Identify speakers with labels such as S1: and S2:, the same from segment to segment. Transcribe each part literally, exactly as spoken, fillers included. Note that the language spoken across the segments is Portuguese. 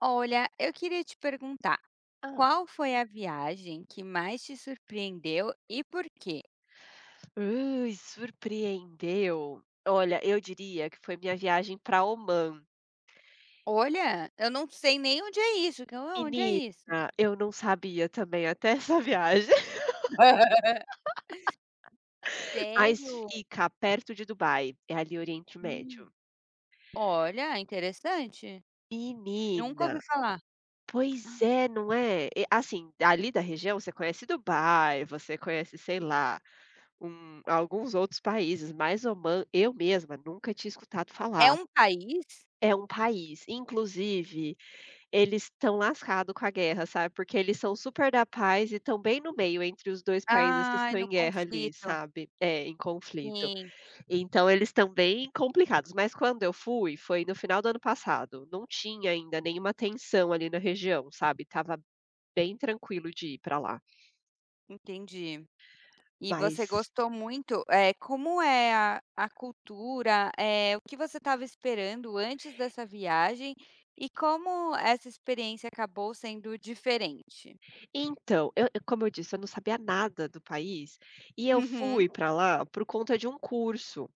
S1: Olha, eu queria te perguntar,
S2: Hã.
S1: qual foi a viagem que mais te surpreendeu e por quê?
S2: Ui, surpreendeu. Olha, eu diria que foi minha viagem para Omã.
S1: Olha, eu não sei nem onde é isso, que eu onde é
S2: Menina,
S1: isso?
S2: eu não sabia também até essa viagem, mas
S1: Sério?
S2: fica perto de Dubai, é ali Oriente
S1: Hum.
S2: Médio.
S1: Olha, interessante. Nunca ouvi
S2: Menina,
S1: falar.
S2: pois é, não é? E, assim, ali da região você conhece Dubai, você conhece, sei lá, um alguns outros países, mas Omã eu mesma nunca tinha escutado
S1: É
S2: falar.
S1: um país?
S2: É um país, inclusive eles estão lascado com a guerra, sabe, porque eles são super da paz e estão bem no meio entre os dois países que
S1: Ai,
S2: estão
S1: no
S2: em guerra ali,
S1: conflito.
S2: sabe, é, em conflito.
S1: Sim,
S2: Então eles estão bem complicados, mas quando eu fui, foi no final do ano passado, não tinha ainda nenhuma tensão ali na região, sabe. Tava bem tranquilo de ir pra lá.
S1: entendi. E
S2: Mas
S1: você gostou muito, eh, como é a a cultura, eh, o que você estava esperando antes dessa viagem e como essa experiência acabou sendo diferente?
S2: então, eu eu como eu disse, eu não sabia nada do país, e eu fui
S1: Uhum.
S2: pra lá por conta de um curso.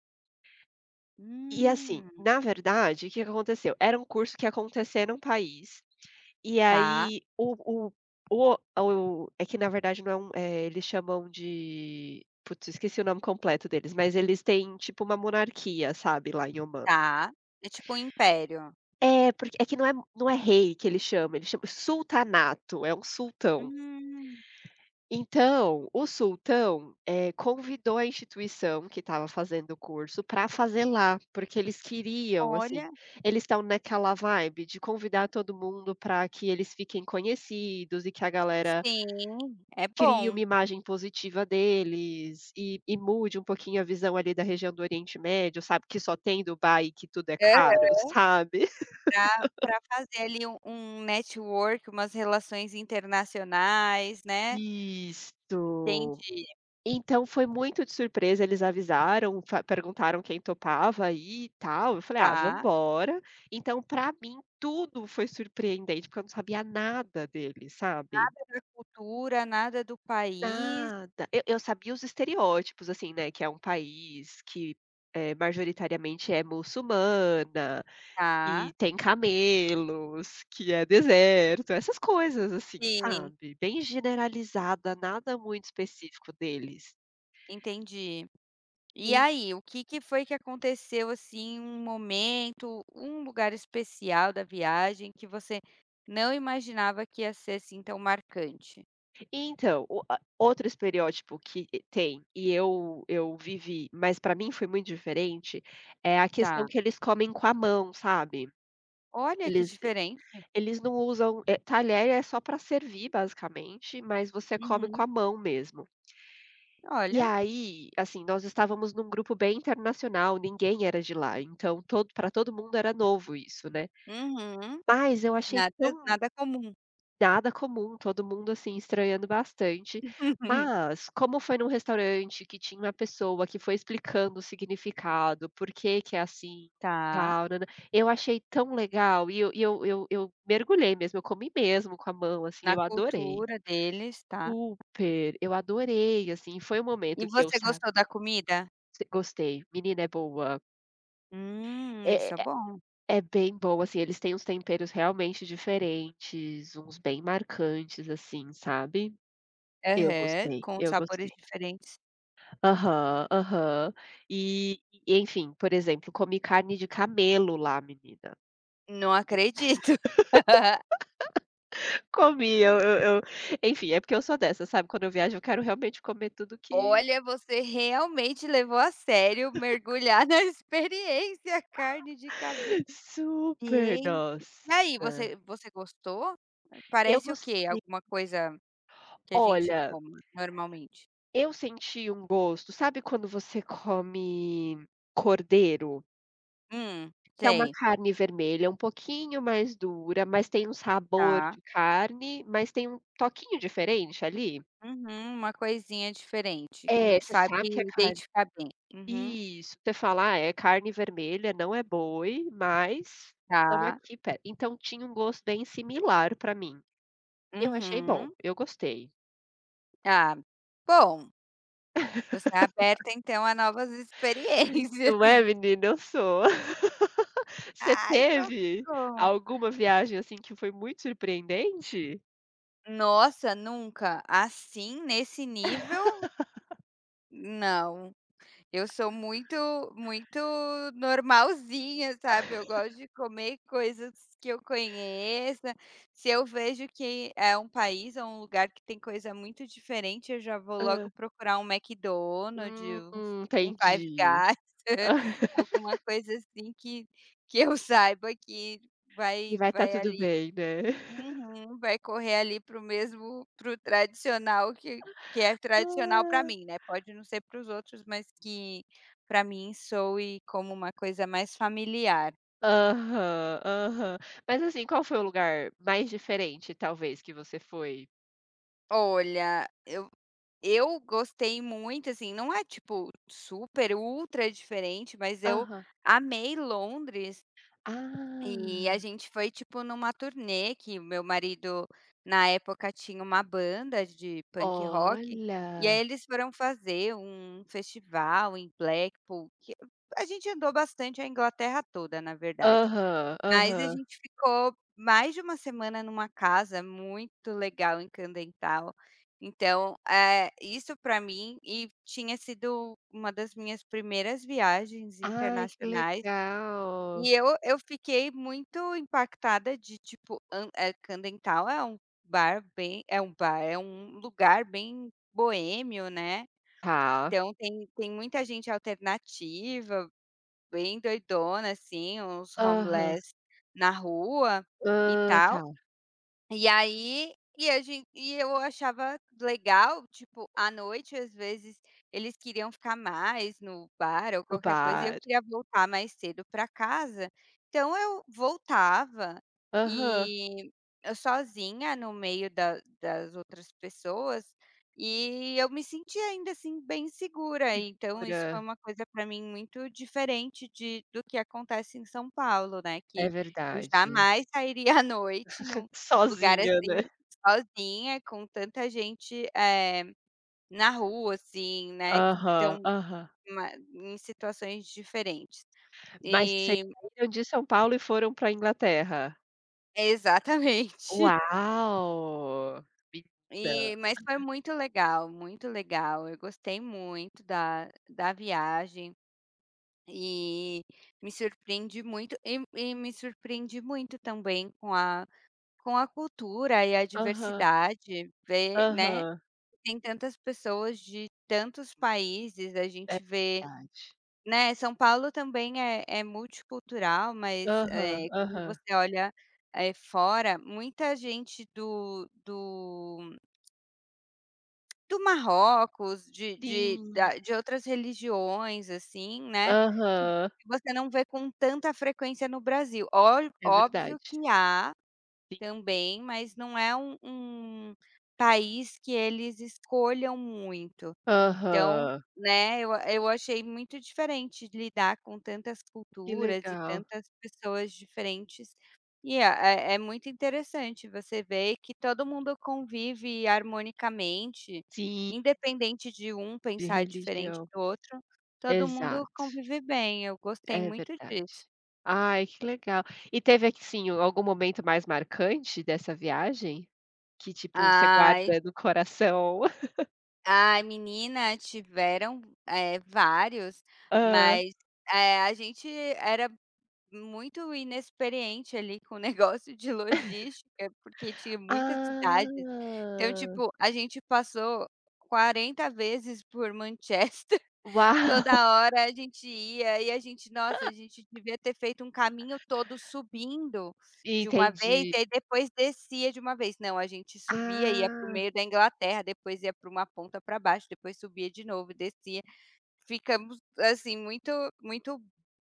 S2: E assim,
S1: Hum,
S2: na verdade, o que que aconteceu? Era um curso que ia acontecer num país, e
S1: tá,
S2: aí o o o o é que na verdade não é um eh, eles chamam de putz, esqueci o nome completo deles, mas eles têm tipo uma monarquia, sabe, lá em Omã.
S1: tá. É tipo um império.
S2: É, porque é que não é não é rei que ele chama, ele chama sultanato, é um sultão.
S1: Hum,
S2: Então, o sultão, eh, convidou a instituição que estava fazendo o curso para fazer lá, porque eles queriam, assim,
S1: olha,
S2: eles estão naquela vibe de convidar todo mundo para que eles fiquem conhecidos e que a galera
S1: sim, é
S2: crie uma
S1: bom.
S2: imagem positiva deles e e mude um pouquinho a visão ali da região do Oriente Médio, sabe, que só tem Dubai e que tudo é
S1: Hã,
S2: caro, sabe.
S1: pra pra fazer ali um um network, umas relações internacionais, né.
S2: Isso.
S1: Entendi,
S2: Então foi muito de surpresa, eles avisaram, fa perguntaram quem topava ir e tal, eu falei: "Ah, vamos
S1: tá.
S2: embora". Então pra mim tudo foi surpreendente, porque eu não sabia nada deles, sabe?
S1: Outra cultura, nada do país,
S2: Nada. Eu eu sabia os estereótipos, assim, né, que é um país que, eh, majoritariamente é muçulmana,
S1: tá.
S2: que tem camelos, que é deserto, essas coisas assim,
S1: Sim.
S2: sabe? Bem generalizada, nada muito específico deles.
S1: Entendi. E aí, o que que foi que aconteceu, assim, um momento, um lugar especial da viagem que você não imaginava que ia ser, assim, tão marcante?
S2: Então, o a outro estereótipo que eh, tem, e eu eu vivi, mas pra mim foi muito diferente, é a questão
S1: Tá.
S2: que eles comem com a mão, sabe.
S1: Olha, que
S2: Eles
S1: diferente.
S2: eles não usam eh, talher é só pra servir basicamente, mas você come com
S1: Uhum.
S2: a mão mesmo. E
S1: Olha.
S2: aí, assim, nós estávamos num grupo bem internacional, ninguém era de lá, então todo para todo mundo era novo isso, né.
S1: Uhum.
S2: Mas eu achei
S1: Nada
S2: tão
S1: nada comum.
S2: Nada comum, todo mundo, assim, estranhando bastante, mas como foi num restaurante que tinha uma pessoa que foi explicando o significado, por que que é assim,
S1: Tá.
S2: tal, nã eu achei tão legal e eu e eu eu eu mergulhei mesmo, eu comi mesmo com a mão, assim,
S1: Na
S2: eu adorei.
S1: cultura deles, tá.
S2: Super, eu adorei, assim, foi um
S1: E
S2: momento que eu
S1: você
S2: sa
S1: gostou da comida?
S2: gostei, menina, é boa,
S1: Hum,
S2: é
S1: isso é
S2: é
S1: bom.
S2: é bem boa, assim, eles têm uns temperos realmente diferentes, uns bem marcantes, assim, sabe. Eu
S1: Aham,
S2: gostei,
S1: com
S2: eu
S1: sabores
S2: gostei.
S1: diferentes.
S2: Aham, aham. E e enfim, por exemplo, comi carne de camelo lá, menina.
S1: Não acredito.
S2: Comi, eu eu eu enfim, é porque eu sou dessa, sabe, quando eu viajo eu quero realmente comer tudo que
S1: Olha, você realmente levou a sério mergulhar na experiência carne de cabelo.
S2: super,
S1: Gente. E aí,
S2: nossa.
S1: você você gostou?
S2: Eu
S1: Parece o quê?
S2: gostei.
S1: Alguma coisa que a gente
S2: Olha,
S1: coma normalmente?
S2: eu senti um gosto, sabe quando você come cordeiro?
S1: Hum,
S2: Que é uma
S1: sei,
S2: carne vermelha, um pouquinho mais dura, mas tem um sabor
S1: tá.
S2: de carne, mas tem um toquinho diferente ali?
S1: Uhum, uma coisinha diferente, que
S2: É,
S1: não
S2: você
S1: sabe
S2: sabe que é carne.
S1: identificar bem. Uhum,
S2: Isso, você fala: "Ah, é carne vermelha, não é boi, mas estamos
S1: tá.
S2: aqui pe". Então tinha um gosto bem similar pra mim. Eu achei
S1: Uhum.
S2: bom, eu gostei.
S1: Ah, bom. Você é aberta então a novas experiências.
S2: Não é, menina? Eu sou. Você
S1: Ai,
S2: teve
S1: socorro.
S2: alguma viagem, assim, que foi muito surpreendente?
S1: Nossa, nunca. Assim, nesse nível, não. Eu sou muito muito normalzinha, sabe, eu gosto de comer coisas que eu conheça, se eu vejo que é um país ou um lugar que tem coisa muito diferente, eu já vou logo
S2: Hã.
S1: procurar um
S2: Hum,
S1: McDonald's, um um Five
S2: entendi.
S1: Guys, alguma coisa assim que que eu saiba que
S2: E
S1: vai
S2: vai estar
S1: vai
S2: tudo
S1: ali.
S2: bem, né?
S1: Uhum, vai correr ali pro mesmo, pro tradicional, que que é tradicional para
S2: Ah.
S1: mim, né, pode não ser para os outros, mas que para mim soe como uma coisa mais familiar.
S2: Aham, aham. Mas assim, qual foi o lugar mais diferente, talvez, que você foi?
S1: Olha, eu eu gostei muito, assim, não é tipo super ultra diferente, mas eu
S2: Aham.
S1: amei Londres. E a
S2: Ah,
S1: gente foi, tipo, numa turnê que o meu marido, na época, tinha uma banda de punk rock, e aí
S2: olha.
S1: eles foram fazer um festival em Blackpool, que a gente andou bastante a Inglaterra toda, na verdade.
S2: Aham,
S1: Mas a
S2: aham.
S1: gente ficou mais de uma semana numa casa muito legal em Candental. Então, eh, isso para mim e tinha sido uma das minhas primeiras viagens
S2: Ai, que
S1: internacionais e
S2: legal.
S1: eu eu fiquei muito impactada de tipo, an eh, Candental é um bar bem é um bar, é um lugar bem boêmio, né.
S2: Tá.
S1: Então tem tem muita gente alternativa, bem doidona, assim, uns
S2: Aham.
S1: homeless na rua e
S2: Ah. Tá,
S1: tal. E aí e a gente e eu achava legal, tipo, à noite, às vezes, eles queriam ficar mais no bar ou
S2: no
S1: qualquer coisa, e eu
S2: bar.
S1: queria voltar mais cedo para casa, então eu voltava,
S2: Aham.
S1: e eu sozinha no meio da das outras pessoas, e eu me sentia ainda, assim, bem segura, então isso foi
S2: Segura.
S1: uma coisa para mim muito diferente de do que acontece em São Paulo, né,
S2: É
S1: que eu
S2: verdade.
S1: jamais sairia à noite num lugar,
S2: Sozinha,
S1: assim,
S2: né.
S1: sozinha, com tanta gente, eh, na rua, assim, né, que
S2: Aham,
S1: estão
S2: aham.
S1: ma em situações diferentes.
S2: Mas vocês
S1: E
S2: saíram de São Paulo e foram pra Inglaterra?
S1: exatamente.
S2: Uau! Menina.
S1: E mas foi muito legal, muito legal. Eu gostei muito da da viagem e me surpreendi muito e e me surpreendi muito também com a com a cultura e a
S2: Aham,
S1: diversidade, ver, né.
S2: aham.
S1: Tem tantas pessoas de tantos países, a
S2: É
S1: gente vê,
S2: verdade.
S1: né, São Paulo também é é multicultural, mas,
S2: Aham,
S1: eh, quando
S2: aham.
S1: você olha, eh, fora, muita gente do do do Marrocos, de de
S2: Sim.
S1: da de outras religiões, assim, né, que
S2: Aham.
S1: você não vê com tanta frequência no Brasil. Ol
S2: É
S1: óbvio
S2: verdade.
S1: que há
S2: Sim.
S1: também, mas não é um um país que eles escolham muito. Então,
S2: Aham.
S1: né, eu eu achei muito diferente lidar com tantas
S2: Que
S1: culturas e
S2: legal.
S1: tantas pessoas diferentes, e é é é muito interessante você ver que todo mundo convive harmonicamente,
S2: Sim.
S1: independente de um
S2: De
S1: pensar diferente
S2: religião.
S1: do outro, todo mundo
S2: Exato,
S1: convive bem, eu gostei
S2: é
S1: muito
S2: verdade.
S1: disso.
S2: Ai, que legal. E teve, assim, algum momento mais marcante dessa viagem? Que, tipo, você
S1: Ai,
S2: guarda no coração?
S1: ai menina, tiveram, eh, vários,
S2: Hã.
S1: mas, eh, a gente era muito inexperiente ali com o negócio de logística, porque tinha muitas cidades. Então,
S2: Ah.
S1: tipo, a gente passou quarenta vezes por Manchester,
S2: Uau,
S1: toda hora a gente ia e a gente nossa, a gente devia ter feito um caminho todo subindo de uma vez e
S2: entendi.
S1: aí depois descia de uma vez. Não, a gente subia, ia para o
S2: Ah.
S1: meio da Inglaterra, depois ia para uma ponta para baixo, depois subia de novo descia. Ficamos, assim, muito muito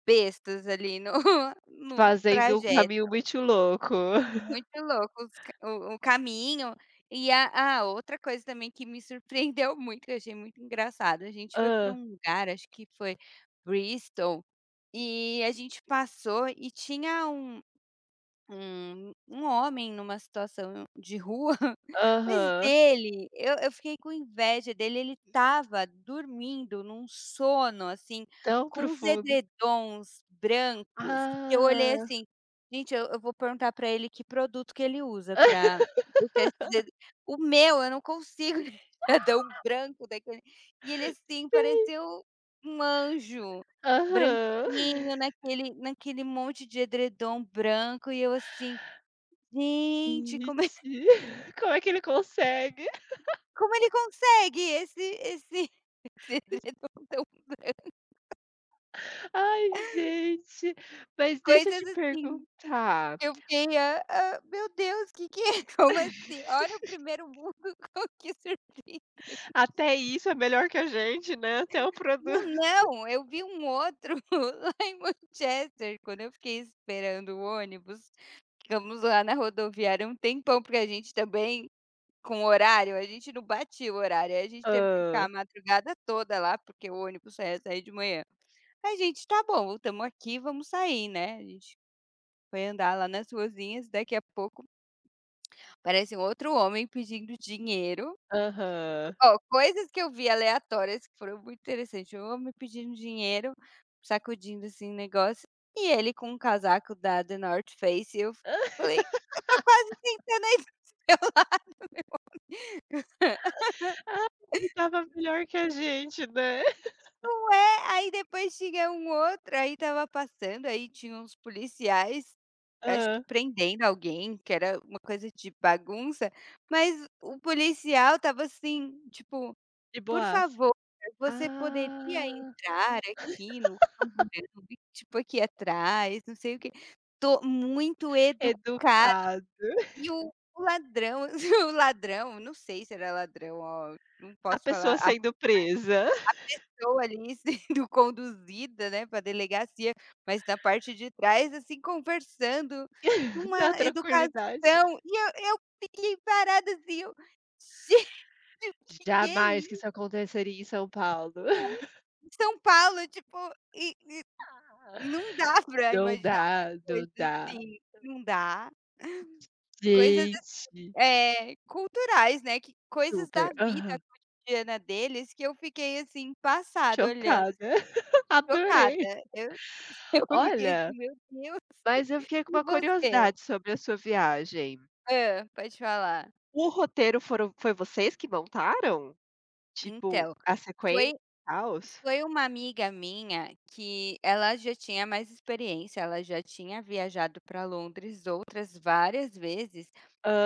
S1: bestas ali no no
S2: Fazendo um
S1: trajeto,
S2: caminho muito louco.
S1: muito louco os ca o o caminho. E a a outra coisa também que me surpreendeu muito, que eu achei muito engraçado, a gente foi para
S2: Hã.
S1: um lugar, acho que foi Bristol, e a gente passou e tinha um um um homem numa situação de rua, mas
S2: Aham.
S1: dele, eu eu fiquei com inveja dele, ele estava dormindo num sono, assim,
S2: Tão
S1: com uns
S2: profundo.
S1: edredons brancos, eu olhei
S2: Ah.
S1: assim: "Gente, eu eu vou perguntar para ele que produto que ele usa para deixar esses ed" o meu eu não consigo edredom branco daquele, e ele assim
S2: Sei.
S1: pareceu um um anjo,
S2: Aham.
S1: ninho naquele naquele monte de edredom branco e eu assim: "Gente, como ele
S2: Gente, como é que ele consegue?
S1: como ele consegue esse esse então",
S2: Ai, gente. Mas deixa eu
S1: coisas
S2: te
S1: assim,
S2: perguntar,
S1: eu fiquei: "Ah ah, meu Deus, que que é? Como assim? Olha o primeiro mundo, como que surpresa".
S2: até isso é melhor que a gente, né, até o produto.
S1: Não, não, eu vi um outro lá em Manchester, quando eu fiquei esperando o ônibus, ficamos lá na rodoviária um tempão, porque a gente também com o horário, a gente não batia o horário, aí a gente teve que ficar
S2: Hã.
S1: a madrugada toda lá, porque o ônibus só ia sair de manhã. Aí a gente: "Tá bom, estamos aqui, vamos sair, né". A gente foi andar lá nas ruazinhas, daqui a pouco parece um outro homem pedindo dinheiro.
S2: Aham.
S1: Ó, coisas que eu vi aleatórias que foram muito interessantes, um homem pedindo dinheiro, sacudindo, assim, o negócio, e ele com um casaco da The North Face, e eu falei: "Eu tô quase sentando".
S2: Ah, ele estava melhor que a gente, né.
S1: Não é, aí depois tinha um outro, aí estava passando, aí tinha uns policiais, acho que
S2: Hã.
S1: prendendo alguém, que era uma coisa de bagunça, mas o policial estava assim, tipo:
S2: E
S1: "Por
S2: boas?
S1: favor, você poderia
S2: Ah.
S1: entrar aqui no camburão, tipo, aqui atrás, não sei o quê". Tô muito educado,
S2: Educado.
S1: e o o ladrão o ladrão, não sei se era ladrão, ó, não
S2: A
S1: posso
S2: pessoa
S1: falar
S2: sendo presa
S1: pessoa ali sendo conduzida, né, para delegacia, mas na parte de trás, assim, conversando,
S2: na
S1: uma educação,
S2: tranquilidade.
S1: e eu eu fiquei parada, assim, eu: "Gente, o que que é
S2: Jamais que isso
S1: isso?"
S2: aconteceria em São Paulo.
S1: Não São Paulo, tipo, e e não dá pra
S2: Não
S1: imaginar uma
S2: dá, não
S1: coisa
S2: dá.
S1: assim, não dá. Coisas,
S2: Gente,
S1: é culturais, né, que coisas
S2: super.
S1: da vida
S2: Aham,
S1: cotidiana deles que eu fiquei, assim, passada, olhando,
S2: chocada. Adorei.
S1: chocada. Eu eu fiquei assim:
S2: Olha,
S1: "Meu Deus!"
S2: mas eu fiquei com
S1: E
S2: uma
S1: você?
S2: curiosidade sobre a sua viagem.
S1: Hã, pode falar.
S2: O roteiro foram foi vocês que montaram? Tipo,
S1: Então,
S2: a sequência e
S1: foi
S2: tals?
S1: foi uma amiga minha que ela já tinha mais experiência, ela já tinha viajado para Londres outras várias vezes,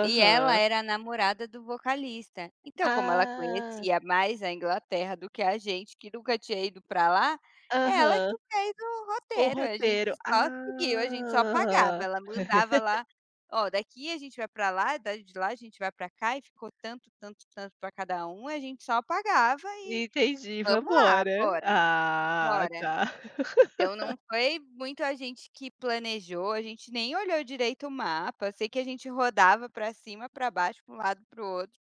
S1: e ela era a namorada do vocalista. Então, como ela
S2: Ah,
S1: conhecia mais a Inglaterra do que a gente, que nunca tinha ido para lá, é ela que
S2: aham.
S1: fez o
S2: O
S1: roteiro, a gente
S2: roteiro.
S1: só seguiu, a gente só
S2: Ah.
S1: pagava. Ela mandava lá: "Ó, daqui a gente vai para lá, da de lá a gente vai para cá", e ficou tanto, tanto, tanto para cada um, a gente só pagava e:
S2: Entendi,
S1: "Vamos lá,
S2: vambora.
S1: bora".
S2: Ah,
S1: Fora.
S2: tá.
S1: Então não foi muito a gente que planejou, a gente nem olhou direito o mapa, sei que a gente rodava pra cima, pra baixo, pra um lado, para o outro,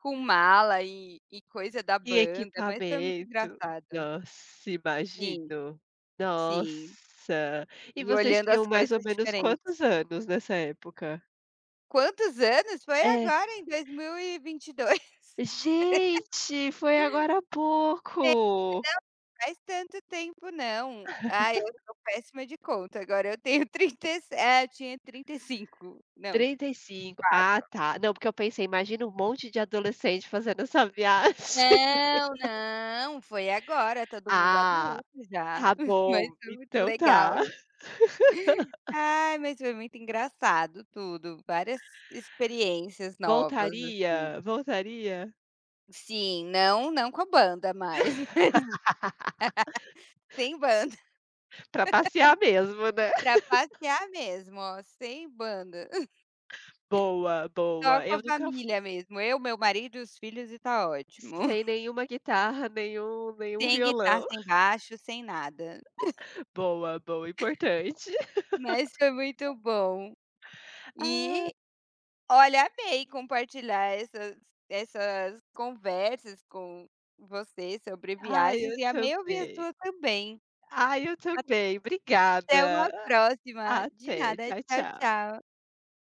S1: com mala e e coisa da
S2: E
S1: banda, mas foi muito
S2: equipamento?
S1: engraçado.
S2: Nossa,
S1: Sim,
S2: imagino.
S1: sim.
S2: Nossa. E
S1: E
S2: vocês
S1: olhando
S2: tinham
S1: as
S2: mais ou
S1: coisas
S2: menos
S1: diferentes.
S2: quantos anos nessa época?
S1: Quantos anos? Foi
S2: É.
S1: agora em dois mil e vinte e dois.
S2: Gente, foi agora há pouco.
S1: Não faz tanto tempo não. Ah, eu sou péssima de conta, agora eu tenho trinta e sete, é, eu tinha trinta e cinco. Não,
S2: Trinta e cinco. Ah,
S1: quase.
S2: tá. Não, porque eu pensei, imagina um monte de adolescente fazendo essa viagem.
S1: Não, não, foi agora, todo mundo
S2: Ah,
S1: adulto já,
S2: tá
S1: mas
S2: bom,
S1: foi muito
S2: então
S1: legal.
S2: tá.
S1: Ai, mas foi muito engraçado tudo, várias experiências novas, assim.
S2: Voltaria, voltaria
S1: Sim, não não com a banda mais, sem banda,
S2: pra passear mesmo, né.
S1: pra passear mesmo, ó, sem banda,
S2: Boa,
S1: só
S2: boa.
S1: com a
S2: Eu nunca fui
S1: família mesmo, eu, meu marido e os filhos e tá ótimo.
S2: sem nenhuma guitarra, nenhum nenhum
S1: Sem guitarra,
S2: violão.
S1: sem baixo, sem nada,
S2: Boa, boa, importante.
S1: mas foi muito bom.
S2: Ai,
S1: E olha, amei compartilhar essas essas conversas com você sobre
S2: ai,
S1: viagens
S2: eu
S1: e amei ouvir a
S2: também.
S1: sua também.
S2: Ai, eu também.
S1: Até uma
S2: Obrigada.
S1: próxima. De
S2: Até.
S1: nada.
S2: Tchau,
S1: Tchau,
S2: tchau.
S1: tchau.